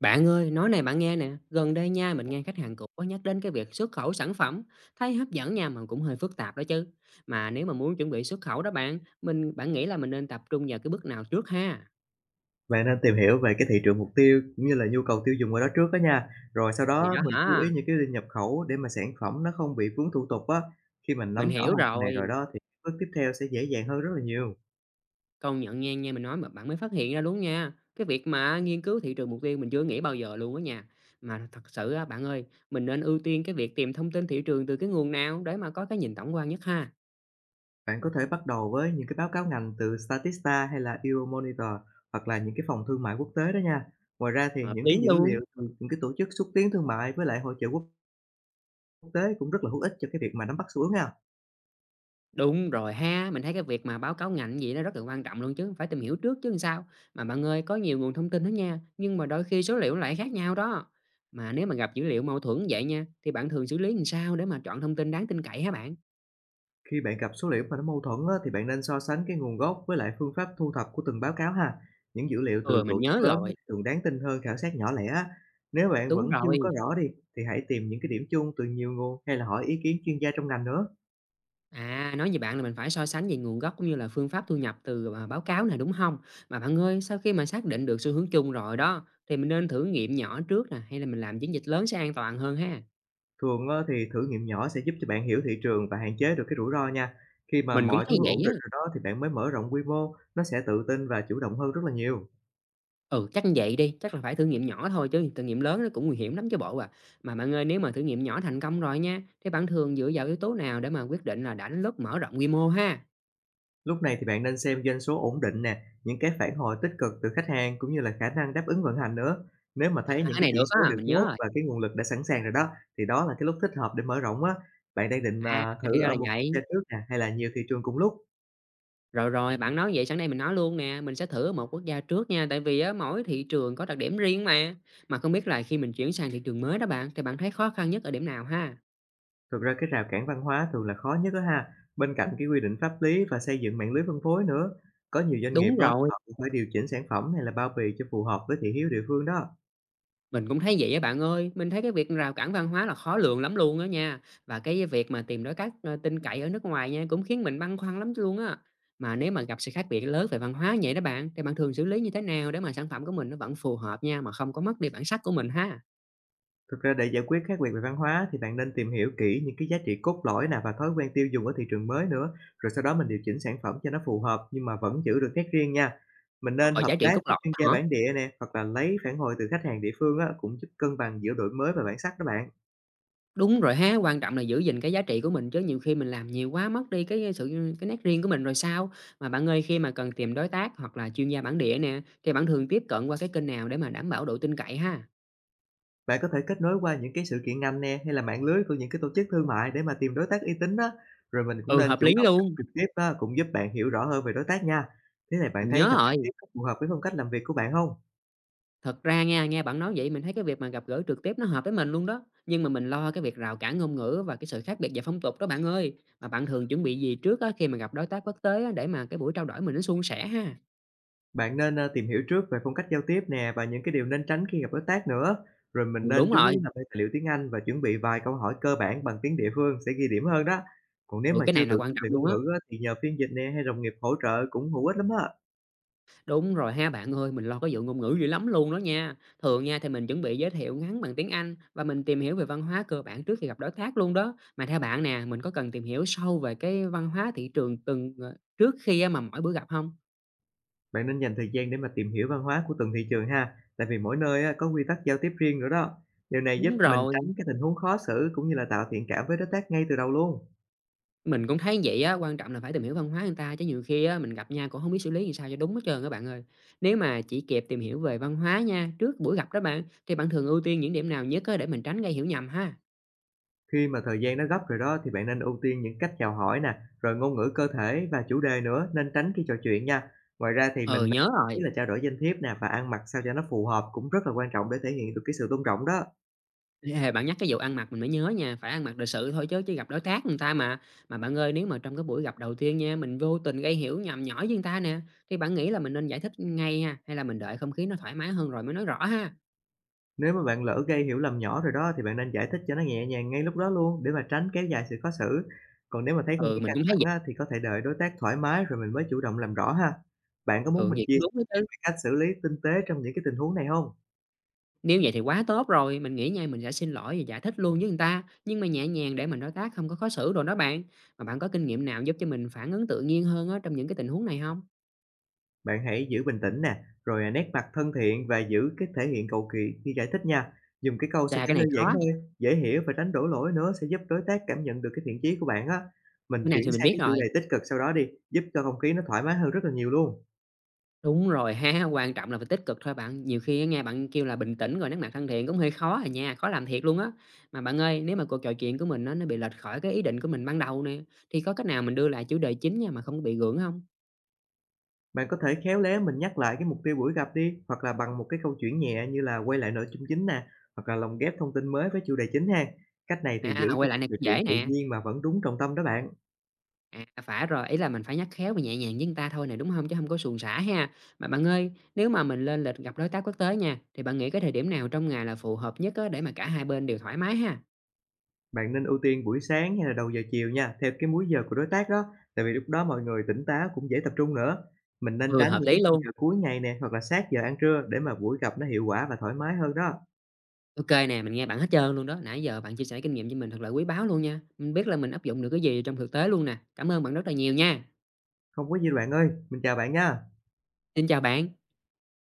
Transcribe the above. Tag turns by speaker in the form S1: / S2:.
S1: Bạn ơi, nói này bạn nghe nè, gần đây nha mình nghe khách hàng cũ có nhắc đến cái việc xuất khẩu sản phẩm, thấy hấp dẫn nha mà cũng hơi phức tạp đó chứ. Mà nếu mà muốn chuẩn bị xuất khẩu đó bạn, mình bạn nghĩ là mình nên tập trung vào cái bước nào trước ha?
S2: Bạn nên tìm hiểu về cái thị trường mục tiêu cũng như là nhu cầu tiêu dùng ở đó trước đó nha. Rồi sau
S1: Thì
S2: đó
S1: đó
S2: mình chú
S1: hả,
S2: ý những cái nhập khẩu để mà sản phẩm nó không bị vướng thủ tục á. Khi mình nắm
S1: mình
S2: rõ
S1: hiểu
S2: hai phần này rồi
S1: rồi,
S2: đó thì bước tiếp theo sẽ dễ dàng hơn rất là nhiều.
S1: công nhận nha nha mình nói mà bạn mới phát hiện ra luôn nha. Cái việc mà nghiên cứu thị trường mục tiêu mình chưa nghĩ bao giờ luôn á nha. Mà thật sự á bạn ơi, mình nên ưu tiên cái việc tìm thông tin thị trường từ cái nguồn nào để mà có cái nhìn tổng quan nhất ha.
S2: Bạn có thể bắt đầu với những cái báo cáo ngành từ Statista hay là Euromonitor, hoặc là những cái phòng thương mại quốc tế đó nha. Ngoài ra thì
S1: Hợp
S2: những
S1: lý
S2: cái dữ
S1: luôn.
S2: liệu từ những cái tổ chức xúc tiến thương mại với lại hội chợ quốc tế cũng rất là hữu ích cho cái việc mà nắm bắt xu hướng ha.
S1: Đúng rồi ha, mình thấy cái việc mà báo cáo ngành gì nó rất là quan trọng luôn chứ, phải tìm hiểu trước chứ làm sao. Mà bạn ơi, có nhiều nguồn thông tin đó nha, nhưng mà đôi khi số liệu lại khác nhau đó. Mà nếu mà gặp dữ liệu mâu thuẫn vậy nha, thì bạn thường xử lý làm sao để mà chọn thông tin đáng tin cậy hả bạn?
S2: Khi bạn gặp số liệu mà nó mâu thuẫn á, thì bạn nên so sánh cái nguồn gốc với lại phương pháp thu thập của từng báo cáo ha. Những dữ liệu
S1: Ừ,
S2: từ
S1: mình
S2: tổ
S1: nhớ
S2: chức lớn á,
S1: rồi,
S2: thì thường đáng tin hơn khảo sát nhỏ lẻ á. Nếu bạn vẫn
S1: đúng
S2: chưa
S1: rồi.
S2: có rõ đi thì hãy tìm những cái điểm chung từ nhiều nguồn, hay là hỏi ý kiến chuyên gia trong ngành nữa.
S1: À, nói về bạn là mình phải so sánh về nguồn gốc cũng như là phương pháp thu nhập báo cáo này đúng không? Mà bạn ơi, sau khi mà xác định được xu hướng chung rồi đó, thì mình nên thử nghiệm nhỏ trước nè, hay là mình làm chiến dịch lớn sẽ an toàn hơn ha?
S2: Thường á, thì thử nghiệm nhỏ sẽ giúp cho bạn hiểu thị trường và hạn chế được cái rủi ro nha. Khi mà
S1: Mình cũng
S2: mọi thứ
S1: thấy vậy
S2: ổn
S1: á.
S2: định rồi đó thì bạn mới mở rộng quy mô, nó sẽ tự tin và chủ động hơn rất là nhiều.
S1: Ừ, chắc như vậy đi, chắc là phải thử nghiệm nhỏ thôi chứ thử nghiệm lớn nó cũng nguy hiểm lắm chứ bộ à. Mà bạn ơi, nếu mà thử nghiệm nhỏ thành công rồi nha, thế bạn thường dựa vào yếu tố nào để mà quyết định là đã đến lúc mở rộng quy mô ha?
S2: Lúc này thì bạn nên xem doanh số ổn định nè, những cái phản hồi tích cực từ khách hàng, cũng như là khả năng đáp ứng vận hành nữa. Nếu mà
S1: À,
S2: thấy những
S1: cái
S2: cái
S1: này
S2: chỉ
S1: được
S2: số
S1: á,
S2: đều
S1: mình nhớ
S2: tốt
S1: rồi.
S2: và cái nguồn lực đã sẵn sàng rồi đó, thì đó là cái lúc thích hợp để mở rộng á. Bạn đang định
S1: À,
S2: mà thử
S1: thì ra là
S2: ở một quốc
S1: vậy.
S2: gia trước nè, hay là nhiều thị trường cùng lúc?
S1: Rồi rồi, bạn nói vậy sáng nay mình nói luôn nè, mình sẽ thử ở một quốc gia trước nha, tại vì á, mỗi thị trường có đặc điểm riêng mà. Mà không biết là khi mình chuyển sang thị trường mới đó bạn, thì bạn thấy khó khăn nhất ở điểm nào ha?
S2: Thực ra cái rào cản văn hóa thường là khó nhất đó ha, bên cạnh cái quy định pháp lý và xây dựng mạng lưới phân phối nữa. Có nhiều doanh nghiệp
S1: Đúng
S2: á, thì
S1: rồi.
S2: họ cũng phải điều chỉnh sản phẩm hay là bao bì cho phù hợp với thị hiếu địa phương đó.
S1: Mình cũng thấy vậy á bạn ơi, mình thấy cái việc rào cản văn hóa là khó lường lắm luôn á nha. Và cái việc mà tìm đối tác, tin cậy ở nước ngoài nha, cũng khiến mình băn khoăn lắm luôn á. Mà nếu mà gặp sự khác biệt lớn về văn hóa như vậy đó bạn, thì bạn thường xử lý như thế nào để mà sản phẩm của mình nó vẫn phù hợp nha, mà không có mất đi bản sắc của mình ha?
S2: Thực ra để giải quyết khác biệt về văn hóa thì bạn nên tìm hiểu kỹ những cái giá trị cốt lõi nè và thói quen tiêu dùng ở thị trường mới nữa, rồi sau đó mình điều chỉnh sản phẩm cho nó phù hợp, nhưng mà vẫn giữ được nét riêng nha. Mình nên
S1: Rồi giá
S2: hợp
S1: trị
S2: tác
S1: cốt
S2: với
S1: lõi
S2: chuyên gia
S1: đó hả?
S2: bản địa nè, hoặc là lấy phản hồi từ khách hàng địa phương á, cũng giúp cân bằng giữa đổi mới và bản sắc đó bạn.
S1: Đúng rồi ha, quan trọng là giữ gìn cái giá trị của mình chứ nhiều khi mình làm nhiều quá mất đi cái sự cái nét riêng của mình rồi sao? Mà bạn ơi, khi mà cần tìm đối tác hoặc là chuyên gia bản địa nè, thì bạn thường tiếp cận qua cái kênh nào để mà đảm bảo độ tin cậy ha?
S2: Bạn có thể kết nối qua những cái sự kiện ngành nè, hay là mạng lưới của những cái tổ chức thương mại để mà tìm đối tác uy tín đó. Rồi mình cũng
S1: Ừ,
S2: nên
S1: hợp lý
S2: chủ động gặp
S1: luôn.
S2: trực tiếp á, cũng giúp bạn hiểu rõ hơn về đối tác nha. Thế này bạn
S1: Mình
S2: thấy
S1: nhớ
S2: gặp trực
S1: rồi.
S2: tiếp có phù hợp với phong cách làm việc của bạn không?
S1: Thật ra nha, nghe bạn nói vậy mình thấy cái việc mà gặp gỡ trực tiếp nó hợp với mình luôn đó. Nhưng mà mình lo cái việc rào cản ngôn ngữ và cái sự khác biệt về phong tục đó bạn ơi. Mà bạn thường chuẩn bị gì trước á, khi mà gặp đối tác quốc tế á, để mà cái buổi trao đổi mình nó suôn sẻ ha?
S2: Bạn nên, tìm hiểu trước về phong cách giao tiếp nè, và những cái điều nên tránh khi gặp đối tác nữa. Rồi
S1: Ừ,
S2: mình nên
S1: đúng
S2: chú
S1: rồi.
S2: ý làm theo tài liệu tiếng Anh, và chuẩn bị vài câu hỏi cơ bản bằng tiếng địa phương sẽ ghi điểm hơn đó. Còn nếu
S1: Ừ,
S2: mà
S1: cái
S2: chưa
S1: này là
S2: tự
S1: quan
S2: tin
S1: trọng
S2: về
S1: luôn
S2: ngôn
S1: á.
S2: ngữ á, thì nhờ phiên dịch nè, hay đồng nghiệp hỗ trợ cũng hữu ích lắm á.
S1: Đúng rồi ha bạn ơi, mình lo cái vụ ngôn ngữ dữ lắm luôn đó nha. Thường nha thì mình chuẩn bị giới thiệu ngắn bằng tiếng Anh và mình tìm hiểu về văn hóa cơ bản trước khi gặp đối tác luôn đó. Mà theo bạn nè, mình có cần tìm hiểu sâu về cái văn hóa thị trường từng trước khi á, mà mỗi bữa gặp không?
S2: Bạn nên dành thời gian để mà tìm hiểu văn hóa của từng thị trường ha, tại vì mỗi nơi á, có quy tắc giao tiếp riêng nữa đó. Điều này giúp
S1: Đúng
S2: mình
S1: rồi,
S2: tránh cái tình huống khó xử, cũng như là tạo thiện cảm với đối tác ngay từ đầu luôn.
S1: mình cũng thấy vậy á, quan trọng là phải tìm hiểu văn hóa người ta chứ nhiều khi á mình gặp nhau cũng không biết xử lý làm sao cho đúng hết trơn các bạn ơi. Nếu mà chỉ kịp tìm hiểu về văn hóa nha, trước buổi gặp đó bạn, thì bạn thường ưu tiên những điểm nào nhất á để mình tránh gây hiểu nhầm ha?
S2: Khi mà thời gian nó gấp rồi đó thì bạn nên ưu tiên những cách chào hỏi nè, rồi ngôn ngữ cơ thể và chủ đề nữa, nên tránh khi trò chuyện nha. Ngoài ra thì mình
S1: Ừ,
S2: nên
S1: nhớ
S2: ý
S1: rồi,
S2: là trao đổi danh thiếp nè, và ăn mặc sao cho nó phù hợp cũng rất là quan trọng để thể hiện được cái sự tôn trọng đó.
S1: ê, bạn nhắc cái vụ ăn mặc mình mới nhớ nha, phải ăn mặc lịch sự thôi chứ chứ gặp đối tác người ta mà. Mà bạn ơi, nếu mà trong cái buổi gặp đầu tiên nha, mình vô tình gây hiểu nhầm nhỏ với người ta nè, thì bạn nghĩ là mình nên giải thích ngay ha, hay là mình đợi không khí nó thoải mái hơn rồi mới nói rõ ha?
S2: Nếu mà bạn lỡ gây hiểu lầm nhỏ rồi đó thì bạn nên giải thích cho nó nhẹ nhàng ngay lúc đó luôn, để mà tránh kéo dài sự khó xử. Còn nếu mà thấy không
S1: Ừ,
S2: khí
S1: mình
S2: căng
S1: cũng thấy vậy,
S2: thẳng á, thì có thể đợi đối tác thoải mái rồi mình mới chủ động làm rõ ha. Bạn có muốn
S1: ừ,
S2: mình
S1: vậy
S2: chia
S1: cũng đúng đó
S2: sẻ
S1: chứ.
S2: cách xử lý tinh tế trong những cái tình huống này không?
S1: Nếu vậy thì quá tốt rồi, mình nghĩ nha mình sẽ xin lỗi và giải thích luôn với người ta, nhưng mà nhẹ nhàng để mình đối tác không có khó xử rồi đó bạn. Mà bạn có kinh nghiệm nào giúp cho mình phản ứng tự nhiên hơn á trong những cái tình huống này không
S2: Bạn hãy giữ bình tĩnh nè, rồi, nét mặt thân thiện và giữ cái thể hiện cầu kỳ khi giải thích nha. Dùng cái câu sao
S1: là cái
S2: cho
S1: này
S2: đơn
S1: khó,
S2: giản thôi, dễ hiểu và tránh đổ lỗi nữa, sẽ giúp đối tác cảm nhận được cái thiện chí của bạn á. Mình
S1: cái này
S2: chuyển
S1: thì mình
S2: sang
S1: biết
S2: cái chủ
S1: rồi.
S2: đề tích cực sau đó đi, giúp cho không khí nó thoải mái hơn rất là nhiều luôn.
S1: Đúng rồi ha, quan trọng là phải tích cực thôi bạn, nhiều khi á nghe bạn kêu là bình tĩnh rồi nét mặt thân thiện cũng hơi khó à nha, khó làm thiệt luôn á. Mà bạn ơi, nếu mà cuộc trò chuyện của mình á nó bị lệch khỏi cái ý định của mình ban đầu nè, thì có cách nào mình đưa lại chủ đề chính nha mà không có bị gượng không?
S2: Bạn có thể khéo léo mình nhắc lại cái mục tiêu buổi gặp đi, hoặc là bằng một cái câu chuyện nhẹ như là quay lại nội dung chính nè, hoặc là lồng ghép thông tin mới với chủ đề chính ha. Cách này thì giữ
S1: À,
S2: cho
S1: quay lại
S2: cuộc
S1: này
S2: trò
S1: cũng
S2: chuyện
S1: dễ
S2: tự
S1: nè.
S2: nhiên mà vẫn đúng trọng tâm đó bạn.
S1: À, phải rồi, ý là mình phải nhắc khéo và nhẹ nhàng với người ta thôi này đúng không? Chứ không có suồng sã ha. Mà bạn ơi, nếu mà mình lên lịch gặp đối tác quốc tế nha, thì bạn nghĩ cái thời điểm nào trong ngày là phù hợp nhất á để mà cả hai bên đều thoải mái ha?
S2: Bạn nên ưu tiên buổi sáng hay là đầu giờ chiều nha, theo cái múi giờ của đối tác đó, tại vì lúc đó mọi người tỉnh táo cũng dễ tập trung nữa. Mình nên
S1: Ừ,
S2: tránh
S1: hợp
S2: những
S1: lý
S2: cái khung
S1: luôn.
S2: giờ cuối ngày nè, hoặc là sát giờ ăn trưa để mà buổi gặp nó hiệu quả và thoải mái hơn đó.
S1: OK nè, mình nghe bạn hết trơn luôn đó. Nãy giờ bạn chia sẻ kinh nghiệm cho mình thật là quý báu luôn nha. Mình biết là mình áp dụng được cái gì trong thực tế luôn nè. Cảm ơn bạn rất là nhiều nha.
S2: Không có gì đâu bạn ơi, mình chào bạn nha.
S1: Xin chào bạn.